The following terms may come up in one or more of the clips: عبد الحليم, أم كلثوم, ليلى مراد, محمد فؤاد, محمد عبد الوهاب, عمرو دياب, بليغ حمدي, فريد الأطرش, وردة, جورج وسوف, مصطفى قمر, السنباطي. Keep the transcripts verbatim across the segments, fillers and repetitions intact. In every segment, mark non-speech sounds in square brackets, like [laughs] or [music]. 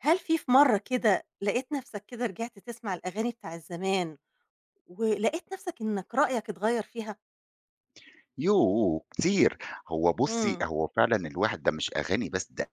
هل في في مرّة كده لقيت نفْسك كده رجعت تسمع الأغاني بتاع الزمان، ولقيت نفْسك إنك رأيك اتغيّر فيها؟ يوه! كتير. هو بُصّي، إمم. هو فعلًا الواحد ده مش أغاني بس، ده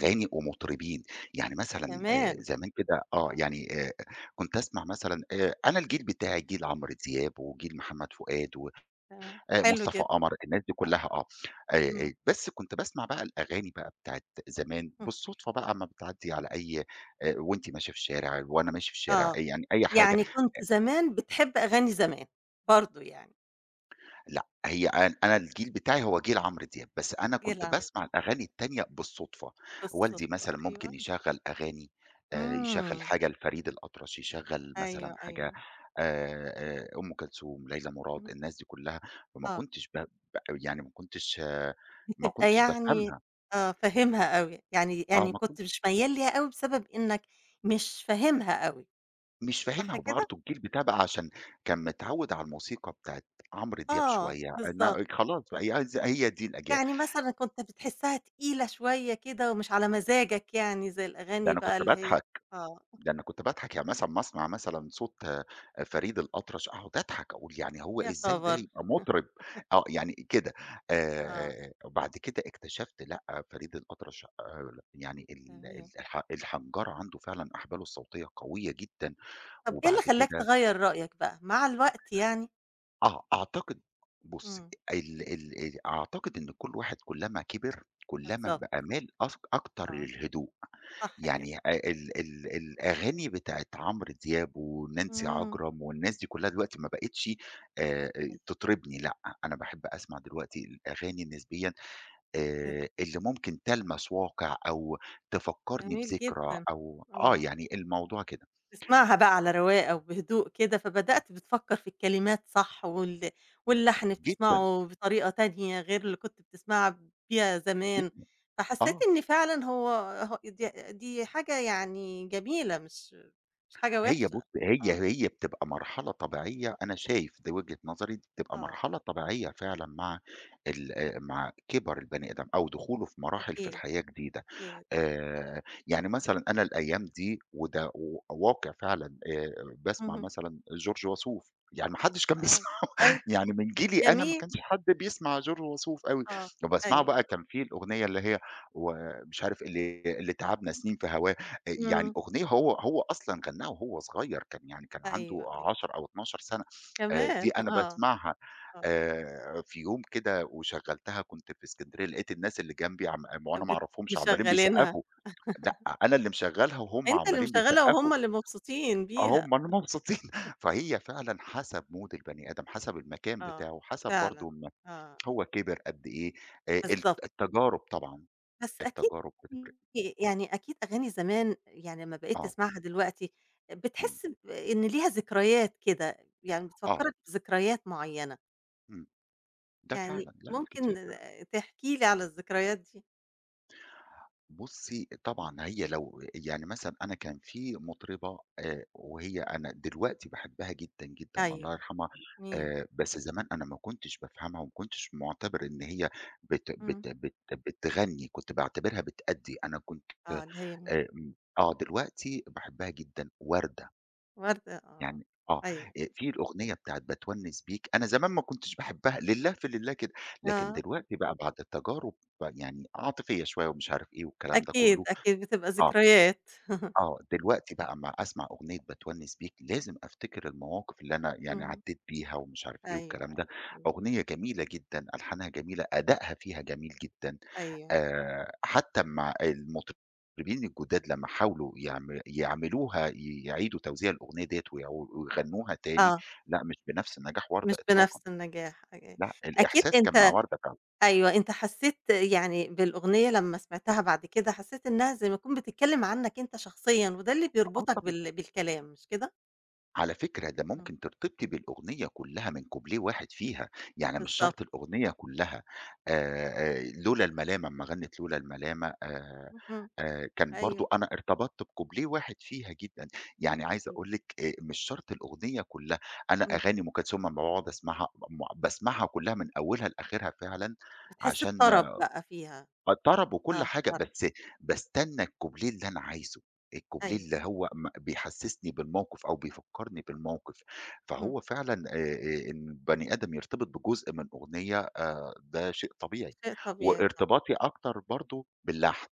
إمم. ومطربين. يعني مثلًا آآ كمان! زمان كده آه. آه. يعني آآ كنت أسمع مثلًا آآ أنا الجيل بتاعي جيل عمرو دياب وجيل محمد فؤاد و تمام، آآ حلو مصطفى جدًا. قمر، الناس دي آه. كُلّها آه. آآ آآ إمم. بس كنت باسمع بقى الأغاني بقى بتاعة زمان إمم. بالصدفة بقى أمّا بتعدّي على أي آآ وأنتِ ماشية في الشارع، وأنا ماشي في الشارع، آه. أي- يعني أي حاجة. يعني كنت زمان بتحب أغاني زمان برضه يعني؟ لأ، هي أن أنا الجيل بتاعي هو جيل عمرو دياب، بس أنا جه كنت العمل باسمع الأغاني التانية بالصدفة، والدي بالصدفة، مثلًا ممكن أيوه. يشغّل أغاني آآ، يشغّل إمم. حاجة لفريد الأطرش، يشغّل مثلًا أيوه، حاجة أيوه. آآ، آآ، أم كلثوم، ليلى مراد، اهم. الناس دي كلها، فما آه. كنتش ب ب يعني ما كنتش آه، ما يبقى كنتش يعني بافهمها، آه، فاهمها أوي، يعني آه، يعني ما كنت كنت مش ميّال ليها أوي بسبب إنك مش فاهمها أوي، مش فاهمها، صح كده؟ وبرضه الجيل بتاعي بقى عشان كان متعوّد على الموسيقى بتاعة عمرو دياب آه، شوية، بالضبط. أنا خلاص بقى هي هي دي الأجيال، يعني مثلًا كنت بتحسّها تقيلة شوية كده ومش على مزاجك يعني زي ده الأغاني أنا بقى كنت اللي هي باضحك. آه. ده أنا كنت باضحك، يعني مثلًا أمّا أسمع مثلًا صوت آه، فريد الأطرش أقعد أضحك، أقول يعني هو يا إزاي ده خبر! يبقى مطرب؟ آه، يعني كده آه، آآ، وبعد كده اكتشفت لأ، فريد الأطرش آآ، يعني ال تمام. ال الح الحنجرة عنده فعلًا أحباله الصوتية قوية جدًا، طَب إيه وبعد اللي خلّاك كده تغيّر رأيك بقى مع الوقت يعني؟ آه، أعتقد بُصّي، إمم. ال ال ال أعتقد إن كل واحد كلّما كِبِر، كلّما بالضبط. بقى مال أك أكتر آه، للهدوء، صح كده. يعني أ ال ال الأغاني بتاعة عمرو دياب ونانسي إمم. عجرم والناس دي كلّها دلوقتي ما بقِتش آآ، تطربني لأ، أنا باحب أسمع دلوقتي الأغاني نسبيًا آآ، اللي ممكن تلمس واقع أو تفكّرني جميل بذكرى جدًا. أو آه، آه. يعني الموضوع كده تسمعها بقى على رواقة وبهدوء كده، فبدأت بتفكّر في الكلمات صح وال واللحن جدًا، بتسمعه بطريقة تانية غير اللي كنت بتسمعها بيها زمان، جدًا، فحسّيت آه. إن فعلًا هو هو دي دي حاجة يعني جميلة مش مش حاجة هي بُص وِحشة. هي آه، هي بتبقى مرحلة طبيعية، أنا شايف دي وجهة نظري، دي بتبقى آه. مرحلة طبيعية فعلًا مع ال آآ، مع كِبَر البني آدم أو دخوله في مراحل في أكيد، الحياة جديدة، أكيد. آآ، يعني مثلًا أنا الأيام دي وده و واقع فعلًا آآ، باسمع اهم. مثلًا جورج وسوف، يعني ما حدش كان بيس آه. أيوه، يعني من جيلي أنا ما جميل. كانش حد بيسمع جورج وسوف أوي، آه، اللي باسمعه أيوه. بقى كان في الأغنية اللي هي ومش عارف اللي اللي تعبنا سنين في هواه، آآ يعني إمم. أغنية هو هو أصلًا غناها وهو صغير، كان يعني كان عنده أيوه، أيوه. عشر أو اتناشر سنة، آآ دي كمان! أنا آه، باسمعها آه. آآ في يوم كده وشغّلتها كنت في اسكندرية، لقيت الناس اللي جنبي عم وأنا ما بت أعرفهمش عمّالين مشغّلينها. بيسقّفوا، لأ أنا اللي مشغّلها وهُم أنت اللي عمّالين مشغّلها بيسقّفوا. وهُم اللي مبسوطين بيها. هُم اللي مبسوطين، [laughs] فهي فعلًا حسب مود البني آدم، حسب المكان آه، بتاعه، حسب برضه فعلًا، م آه، هو كبر قد إيه، آآ الت بالضبط، التجارب طبعًا، بس أكيد التجارب بتفرق، يعني أكيد أغاني زمان يعني لمّا بقيت آه، تسمعها دلوقتي إمم، بتحس ب إن ليها ذكريات كده، يعني آه، بتفكّرك بذكريات معيّنة، إمم، ده يعني فعلًا، لأ ممكن كتير. تحكي لي على الذكريات دي؟ بُصّي، طبعًا هي لو يعني مثلًا أنا كان في مطربة آآ وهي أنا دلوقتي باحبها جدًا، جدًا الله أيوه، يرحمها، مين؟ آآ بس زمان أنا ما كنتش بافهمها وما كنتش معتبر إن هي بت إمم. بت بت بتغني، كنت باعتبرها بتأدّي، أنا كنت آه، اللي هي مين؟ آمم، آه، دلوقتي باحبها جدًا، وردة، وردة، آه. يعني آه، أيوه. آآ في الأغنية بتاعة باتونِّس بيك، أنا زمان ما كنتش باحبها، لله في لله كده، لكن آه، دلوقتي بقى بعد التجارب ب يعني عاطفية شوية ومش عارف إيه والكلام ده أكيد، كلّه، أكيد بتبقى آه، ذكريات [laughs] آه، دلوقتي بقى أمّا أسمع أغنية باتونِّس بيك، لازم أفتكر المواقف اللي أنا يعني إمم، عدّيت بيها ومش عارف إيه أيوه، والكلام ده، أيوه، أيوه. أغنية جميلة جدًا، ألحانها جميلة، أدائها فيها جميل جدًا. أيوه، آآ حتى مع المطربين الجداد لمّا حاولوا يعم يعملوها ي يعيدوا توزيع الأغنية ديّة ويعو ويغنوها تاني، آه، لأ مش بنفس نجاح وردة مش إطلاقًا، بنفس النجاح، أ لأ أكيد. الإحساس كان مع أنت وردة فعلًا، أيوه، أنت حسّيت يعني بالأغنية لمّا سمعتها بعد كده، حسّيت إنها زي ما تكون بتتكلّم عنّك أنت شخصيًا، وده اللي آه بيربطك طبعًا. بال بالكلام مش كده؟ على فكرة ده إمم. ممكن ترتبطي بالأغنية كلها من كوبليه واحد فيها، يعني مش بالضبط. شرط الأغنية كلها آآ، آآ، لولا الملامة أمّا غنِّت لولا الملامة آآ، اهم. آآ، كان برضه أيوه أنا ارتبطت بكوبليه واحد فيها جدًا، يعني عايز صحيح. أقول لِك آآ، مش شرط الأغنية كلها، أنا إمم. أغاني أم كلثوم أمّا باقعد أسمعها م بت باسمعها كلها من أولها لآخرها فعلًا بتحس عشان بطرب بقى فيها. آه، طرب وكل آه حاجة، طرب. بس باستنى الكوبليه اللي أنا عايزه، الكوبليه أيوه. اللي هو م بيحسسني بالموقف أو بيفكّرني بالموقف، اهم. فهو فعلًا آآ، آآ، إن البني آدم يرتبط بجزء من أغنية آآ، ده شيء طبيعي، شيء طبيعي طبعًا. وارتباطي أكتر برضه باللحن،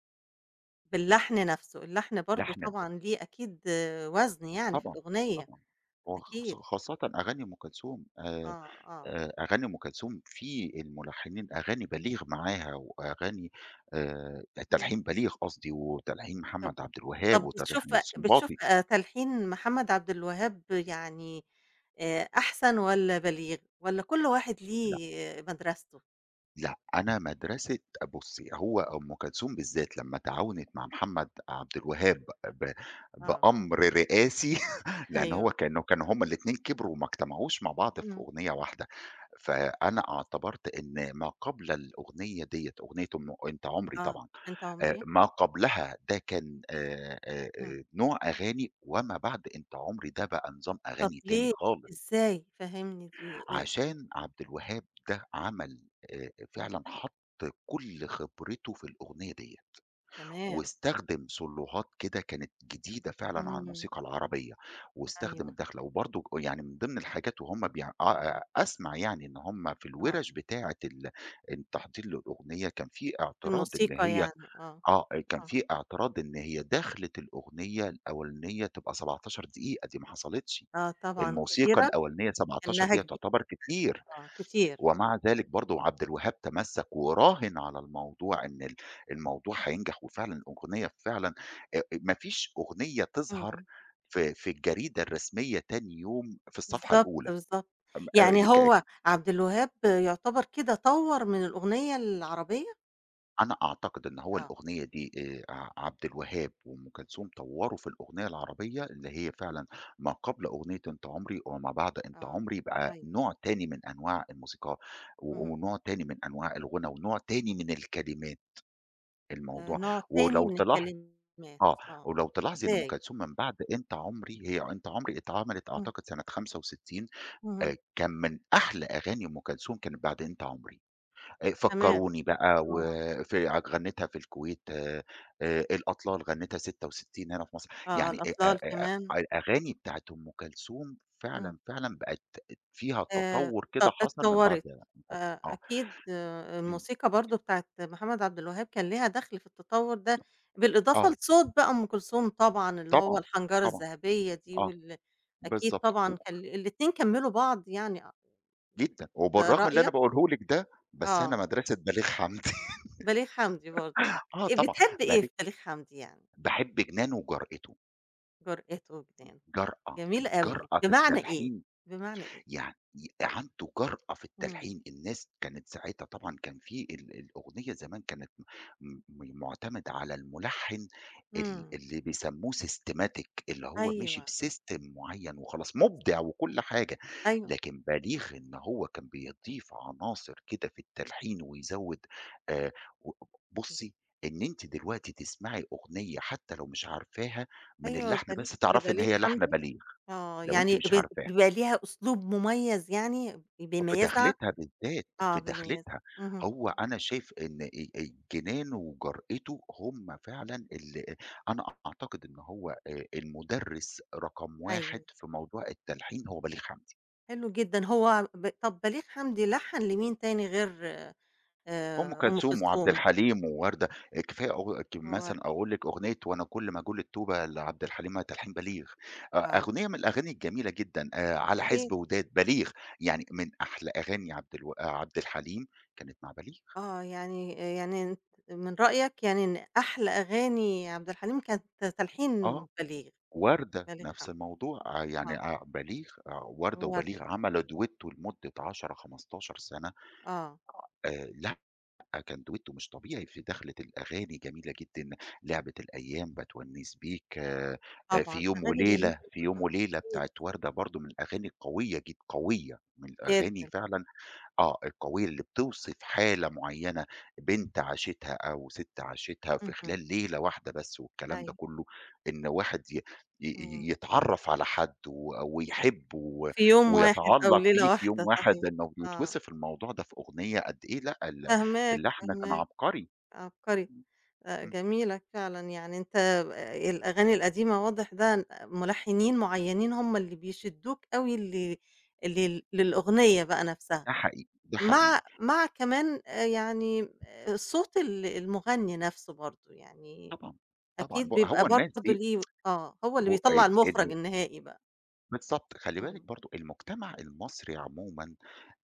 باللحن نَفْسه، اللحن برضه لحن الأغ طبعًا ليه أكيد وزن يعني في طبعًا، الأغنية. طبعًا، وخاص أكيد. خاصةً أغاني أم كلثوم آآ آه، آه. آآ أغاني أم كلثوم في الملحنين أغاني بليغ معاها، وأغاني آآ إمم. تلحين بليغ قصدي، وتلحين طَب محمد عبد الوهاب، طب بتشوف وتلحين بتشوف السنباطي، آآ تلحين محمد عبد الوهاب يعني آآ أحسن والّا بليغ، والّا كل واحد لأ، ليه آه، مدرسته؟ لأ أنا مدرسة بُصّي، هو أم كلثوم بالذات لمّا تعاونت مع محمد عبد الوهاب مدر- ب آه. بأمر رئاسي، [laughs] [laughs] لأن هو أيوه. كانوا كانوا هُم الاتنين كبروا وما اجتمعوش مع بعض في إمم. أغنية واحدة، فأنا اعتبرت إن ما قبل الأغنية ديّة، أغنية أم أنت عمري آه، طبعًا بنت آآ عمري. ما قبلها ده كان آآ آآ إمم. آآ نوع أغاني، وما بعد أنت عمري ده بقى نظام طب أغاني تاني ليه، خالص، إزاي، فهمني دي آآ عشان عبد الوهاب ده عمل آآ فعلًا حَط كل خبرته في الأغنية ديّة، تمام. واستخدم سولوهات كده كانت جديدة فعلًا على إمم. الموسيقى العربية، واستخدم أيوه. الدَخلة، وبرضه ج يعني من ضمن الحاجات وهُم بيع آآ أسمع يعني إن هُم في آه، الوِرَش بتاعة ال التحضير للأغنية كان في في اعتراض إن الموسيقى هي يعني، آه، آه، آآ كان آه، في اعتراض إن هي دخلِت الأغنية الأولانية تبقى سبعتاشر دقيقة، دي ما حصلتش، آه طبعًا الموسيقى كبيرة. الأولانية سبعتاشر سنها دقيقة كبير. تعتبر كتير، آه، كتير. ومع ذلك برضه عبد الوهاب تمسّك وراهن على الموضوع إن ال الموضوع هينجح، وفعلًا الأغنية فعلًا آآ ما فيش أغنية تظهر إمم. في في الجريدة الرسمية تاني يوم في الصفحة بالضبط، الأولى، بالضبط. م آآ ال يعني ك هو عبد الوهاب يعتبر كده طوّر من الأغنية العربية؟ أنا أعتقد إن هو آه، الأغنية دي آآ ع عبد الوهاب وأم كلثوم طوّروا في الأغنية العربية اللي هي فعلًا ما قبل أغنية أنت عمري وما بعد أنت آه، عمري بقى أيوه. نوع تاني من أنواع الموسيقى و اهم. ونوع تاني من أنواع الغُنى ونوع تاني من الكلمات، آآ الموضوع نوع تاني ولو من تلاح الكلمات. آه، آه. ولو تلاحظي إن أم إزاي؟ كلثوم من بعد أنت عمري هي أنت عمري اتعملت إمم. أعتقد سنة خمسة وستين اهم. آآ كان من أحلى أغاني أم كلثوم كانت بعد أنت عمري. آآ تمام. فكّروني بقى آه، وف ع غنّيتها في الكويت آآ الأطلال غنّيتها ستة وستين هنا في مصر، آه، يعني أ أ الأطلال كمان. أ الأغاني بتاعة أم كلثوم إمم. فعلًا، فعلًا بقت فيها آآ تطوّر ط كده حصل من بعد اتطوّرت. من بعد آآ آه، أكيد آآ إمم، الموسيقى برضه بتاعة محمد عبد الوهاب كان ليها دخل في التطوّر ده، بالإضافة آه، لصوت بقى أم كلثوم طبعًا اللي هو طبعًا، الحنجرة طبعًا، الذهبية دي آه، وال أكيد بالضبط، طبعًا و كان الاتنين كمّلوا بعض يعني أ جدًا، ده وبالرغم اللي أنا رأيك؟ باقوله لِك ده، بس أنا آه، مدرسة بليغ حمدي بليغ حمدي برضه. [laughs] آه آآ طبعًا، بتحب إيه بليغ في بليغ حمدي يعني؟ باحب جنانه وجرأته، جرأة وجنان. جرأة، جميل أوي، الجرأة في بمعنى إيه؟ التلحين بمعنى إيه؟ يعني عنده جرأة في إمم. التلحين، الناس كانت ساعتها طبعًا كان في ال الأغنية زمان كانت م م مُعتمدة على الملحّن ال إمم. اللي بيسموه systematic اللي هو ماشي أيوه. بsystem معيّن وخلاص، بالض مُبدع وكل حاجة، أيوه. لكن بليغ إن هو كان بيضيف عناصر كده في التلحين ويزوّد آآ و ب بُصّي، إن أنتِ دلوقتي تسمعي أغنية حتى لو مش عارفاها من أيوه اللحن بليغ بس تعرفي إن لبليغ هي لحن حمدي. بليغ، آه، لو أنتِ يعني مش ب عارفاها. بيبقى ليها أسلوب مميز يعني في بيميزها. دخلتها بالذات، آه، في بيميزها. دخلتها، اهم. هو أنا شايف إن ال الجنانه وجرأته هم فعلًا ال أنا أعتقد إن هو آآ المُدرِّس رقم واحد أيوه. في موضوع التلحين هو بليغ حمدي، حلو جدًا. هو ب طب بليغ حمدي لحّن لمين تاني غير أم آآ، أم كلثوم وعبد كلثوم؟ الحليم ووردة، آه، كفاية أغ ك هو مثلًا أقول لِك أغنية "وأنا كل ما أجول الطوبة" لعبد الحليم ما تلحين بليغ، أ آه، أغنية من الأغاني الجميلة جدًا، آآ "على حِسب أكيد. وداد" بليغ، يعني من أحلى أغاني عبد الو آه، عبد الحليم كانت مع بليغ، آه، يعني يعني أنت من رأيك يعني إن أحلى أغاني عبد الحليم كانت تلحين آه. بليغ. وردة بليغ نفس حمدي. الموضوع، آآ يعني آه، آآ بليغ آه، وردة وبليغ ووردة. عملوا duetto لمدة عشر، خمستاشر سَنة، آه، آآ لأ كان duetto مش طبيعي في دخلة الأغاني جميلة جدًا، لعبة الأيام، باتونِّس بيك، آآ في طبعًا يوم أغاني جميلة وليلة، في يوم كلها. وليلة أكيد، بتاعة وردة برضه من الأغاني القوية جد قوية، من الأغاني جدًا. فعلًا آه، القوية اللي بتوصف حالة معيّنة بنت عاشتها أو ست عاشتها في اهم. خلال ليلة واحدة بس والكلام ده أيوه. كُلّه، إن واحد ي ي إمم. ي يتعرّف على حد و ويحبه و في يوم واحد أو ويتعلّق بيه ليلة في يوم واحدة واحد، صحيح. إنه آه، بيتوصف الموضوع ده في أغنية قد إيه لأ، ال فاهماك، اللحن كان فاهماك. عبقري، عبقري. إمم، آآ، إمم، جميلة فعلًا يعني أنت آآ، الأغاني القديمة واضح ده ملحنين معينين هم اللي بيشدوك أوي ل لل للأغنية بقى نفسها، ده حقيقي، ده مع حقيقي، مع كمان آآ، يعني آه، صوت ال المغني نفسه برضه، يعني طبعًا، طبعًا، أكيد ب بيبقى هو الناس برضه دي ليه آه، هو ب اللي بيطلّع ال المُخرج ال النهائي بقى. بالضبط، خلّي بالِك إمم. برضه المجتمع المصري عمومًا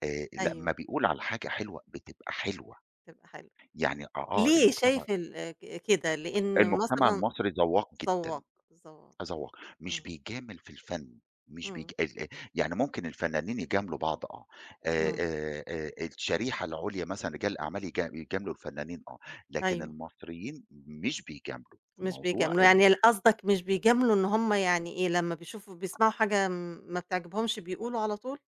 آآ لمّا أيوه، بيقول على حاجة حلوة بتبقى حلوة، بتبقى حلوة. يعني آه، آه ليه المجتمع شايف ال ك كده؟ لإن المجتمع مثلًا المصري ذواق جدًا، ذواق، ذواق. ذواق، مش إمم. بيجامل في الفن، مش بيج إمم. ال آآ يعني ممكن الفنانين يجاملوا بعض آه، آآ إمم. آآ آآ الشريحة العُليا مثلًا رجال الأعمال يجا يجاملوا الفنانين آه، لكن أيوه، المصريين مش بيجاملوا في مش موضوع بيجاملوا. ال يعني ال قصدك مش بيجاملوا إن هُم يعني إيه، لمّا بيشوفوا بيسمعوا حاجة م- ما بتعجبهمش بيقولوا على طول؟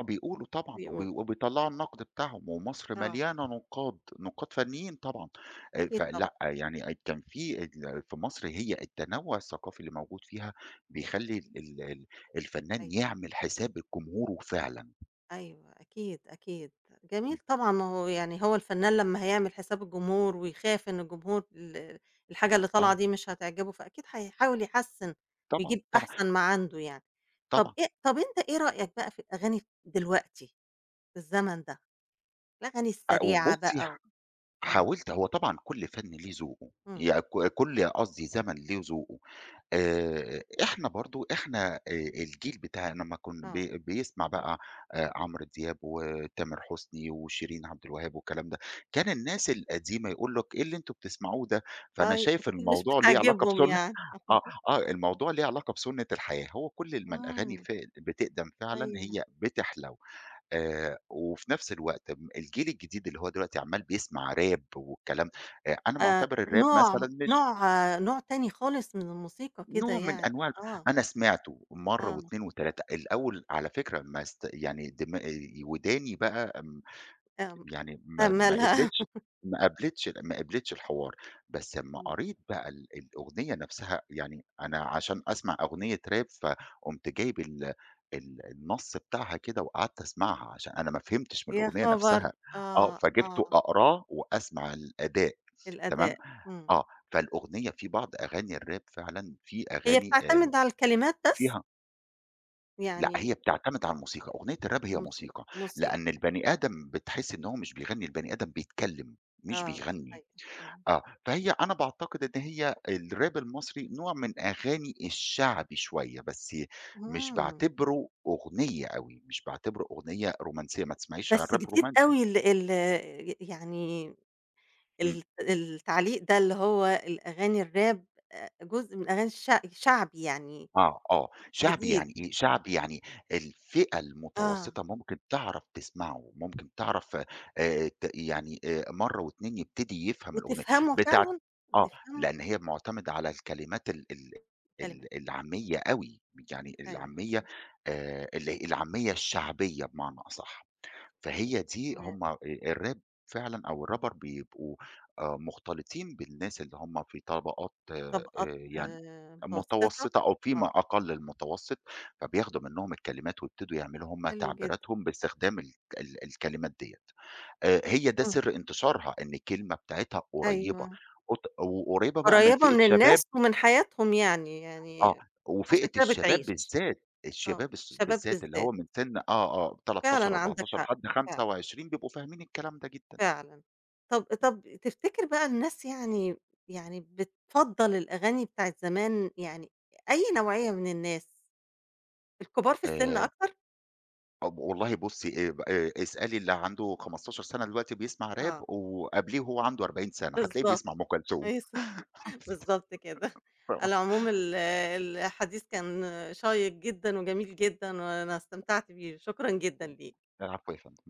آه بيقولوا طبعًا، وبي بيقولوا، وبيطلّعوا النقد بتاعهم، ومصر آه، مليانة نقاد، نقاد فنيين طبعًا، آآ أكيد طبعًا، فلأ، يعني أ كان في ال في مصر هي التنوع الثقافي اللي موجود فيها بيخلّي ال ال ال الفنان أيوه. يعمل حساب لجمهوره فعلًا، أيوه، أكيد، أكيد. جميل إمم، طبعًا، ما هو يعني هو الفنان لمّا هيعمل حساب الجمهور ويخاف إن الجمهور ال الحاجة اللي طالعة آه، دي مش هتعجبه، فأكيد هيحاول يحسِّن طبعًا، ويجيب طبعًا، أحسن ما عنده يعني. طَب طبعًا، إيه. طَب أنت إيه رأيك بقى في الأغاني دلوقتي، في الزمن ده، الأغاني آآ السريعة وبُصّي بقى و ح آه. حاولت هو طبعًا كل فن ليه ذوقه، إمم. يع ك كل قصدي زمن ليه ذوقه. آآ إحنا برضه إحنا آآ الجيل بتاعنا لمّا كُن آه. بي بيسمع بقى آآ عمرو دياب وتامر حسني وشيرين عبد الوهاب والكلام ده، كان الناس القديمة يقول لك: "إيه اللي أنتم بتسمعوه ده؟" فأنا أي شايف أكيد مش الموضوع ليه علاقة بتعجبهم بسُنّة يعني. [laughs] آه، [laughs] آه، الموضوع ليه علاقة بسُنّة الحياة، هو كل ما الأغاني إمم. ف بتقدم فعلًا أيوه. هي بتحلو، آآ وفي نفس الوقت م الجيل الجديد اللي هو دلوقتي عمّال بيسمع راب والكلام آآ أنا آآ مُعتبر الراب نوع مثلًا مش نوع آه، نوع تاني خالص من الموسيقى كده نوع من يعني. أنواع ال آه، أنا سمعته مرّة آه، واتنين وتلاتة الأول على فكرة ما است يعني دما وداني بقى آمم، آه. يعني ما ما أملها قبلتش [laughs] ما قبلتش ما قبلتش الحوار، بس أمّا إمم. قريت بقى ال الأغنية نفسها يعني أنا عشان أسمع أغنية راب فقُمت جايب ال ال النص بتاعها كده وقعدت أسمعها عشان أنا ما فهمتش من يا الأغنية خبر! نفسها، آه، آه، فجِبته آه. أقراه وأسمع الأداء تمام، الأداء. إمم. آه، فالأغنية في بعض أغاني الراب فعلًا في هي أغاني بتعتمد آآ على الكلمات بس؟ فيها لأ، هي يعني بتعتمد على الموسيقى، أغنية الراب هي موسيقى، موسيقى، موسيقى. لأن البني آدم بتحس إن هو مش بيغني، البني آدم بيتكلم مش آه، بيغني، أيوه، أيوه. آه، فهي أنا باعتقد إن هي الراب المصري نوع من أغاني الشعبي شوية، بس مش إمم. باعتبره أغنية أوي، مش باعتبره أغنية رومانسية، ما تسمعيش عن بس الراب جديد رومانسي. أوي ال ال يعني إمم. الت التعليق ده اللي هو الأغاني الراب آآ، جزء من أغاني الش شعبي يعني آه، آه، شعبي جديد. يعني إيه، شعبي يعني الفئة آه، المتوسطة ممكن تعرف تسمعه، ممكن تعرف آآ ت يعني آآ مرّة واتنين يبتدي يفهم الأغنية، وتفهمه بتاعة فعلًا. آه، وتفهمه لأن هي معتمدة على الكلمات ال ال كلماته. ال العامية أوي، يعني أيوه، العامية أيوه، آآ ال العامية الشعبية بمعنى أصح، فهي دي تمام. هم آآ الراب فعلًا أو الرابر بيبقوا آآ مختلطين بالناس اللي هم في طبقات آآ طبقات يعني متوسطة. آه. متوسطة. متوسطة أو فيما آه. أقل المتوسط، فبياخدوا منهم الكلمات ويبتدوا يعملوا هم حلو جدًا. تعبيراتهم باستخدام ال ال الكلمات ديّة، آآ هي ده إمم. سر انتشارها، إن الكلمة بتاعتها قريبة أيوه، قط وقريبة بقى من قريّبة فئة من شباب الناس ومن حياتهم يعني، آه، يعني وفئة عشان كده الشباب بتعيش. بالذات، آه، الشباب الس الشباب بالذات اللي بالذات. هو من سن آه، آه تلتاشر فعلًا عندك أربعة عشر حق. لحد فعلًا، خمسة وعشرين بيبقوا فاهمين الكلام ده جدًا، فعلًا. طب طب تفتكر بقى الناس يعني يعني بتفضّل الأغاني بتاعة زمان يعني أي نوعية من الناس، الكبار في السن آآ أكتر؟ أب والله بُصّي آآ ب آآ اسألي اللي عنده خمسة عشر سنة دلوقتي بيسمع راب آه، وقبليه وهو عنده أربعين سنة، هتلاقيه بالضبط. بيسمع أم كلثوم. أيس بالضبط كده. شكرًا على العموم ال الحديث كان شيّق جدًا وجميل جدًا وأنا استمتعت بيه، شكرًا جدًا ليك. العفو يا فندم.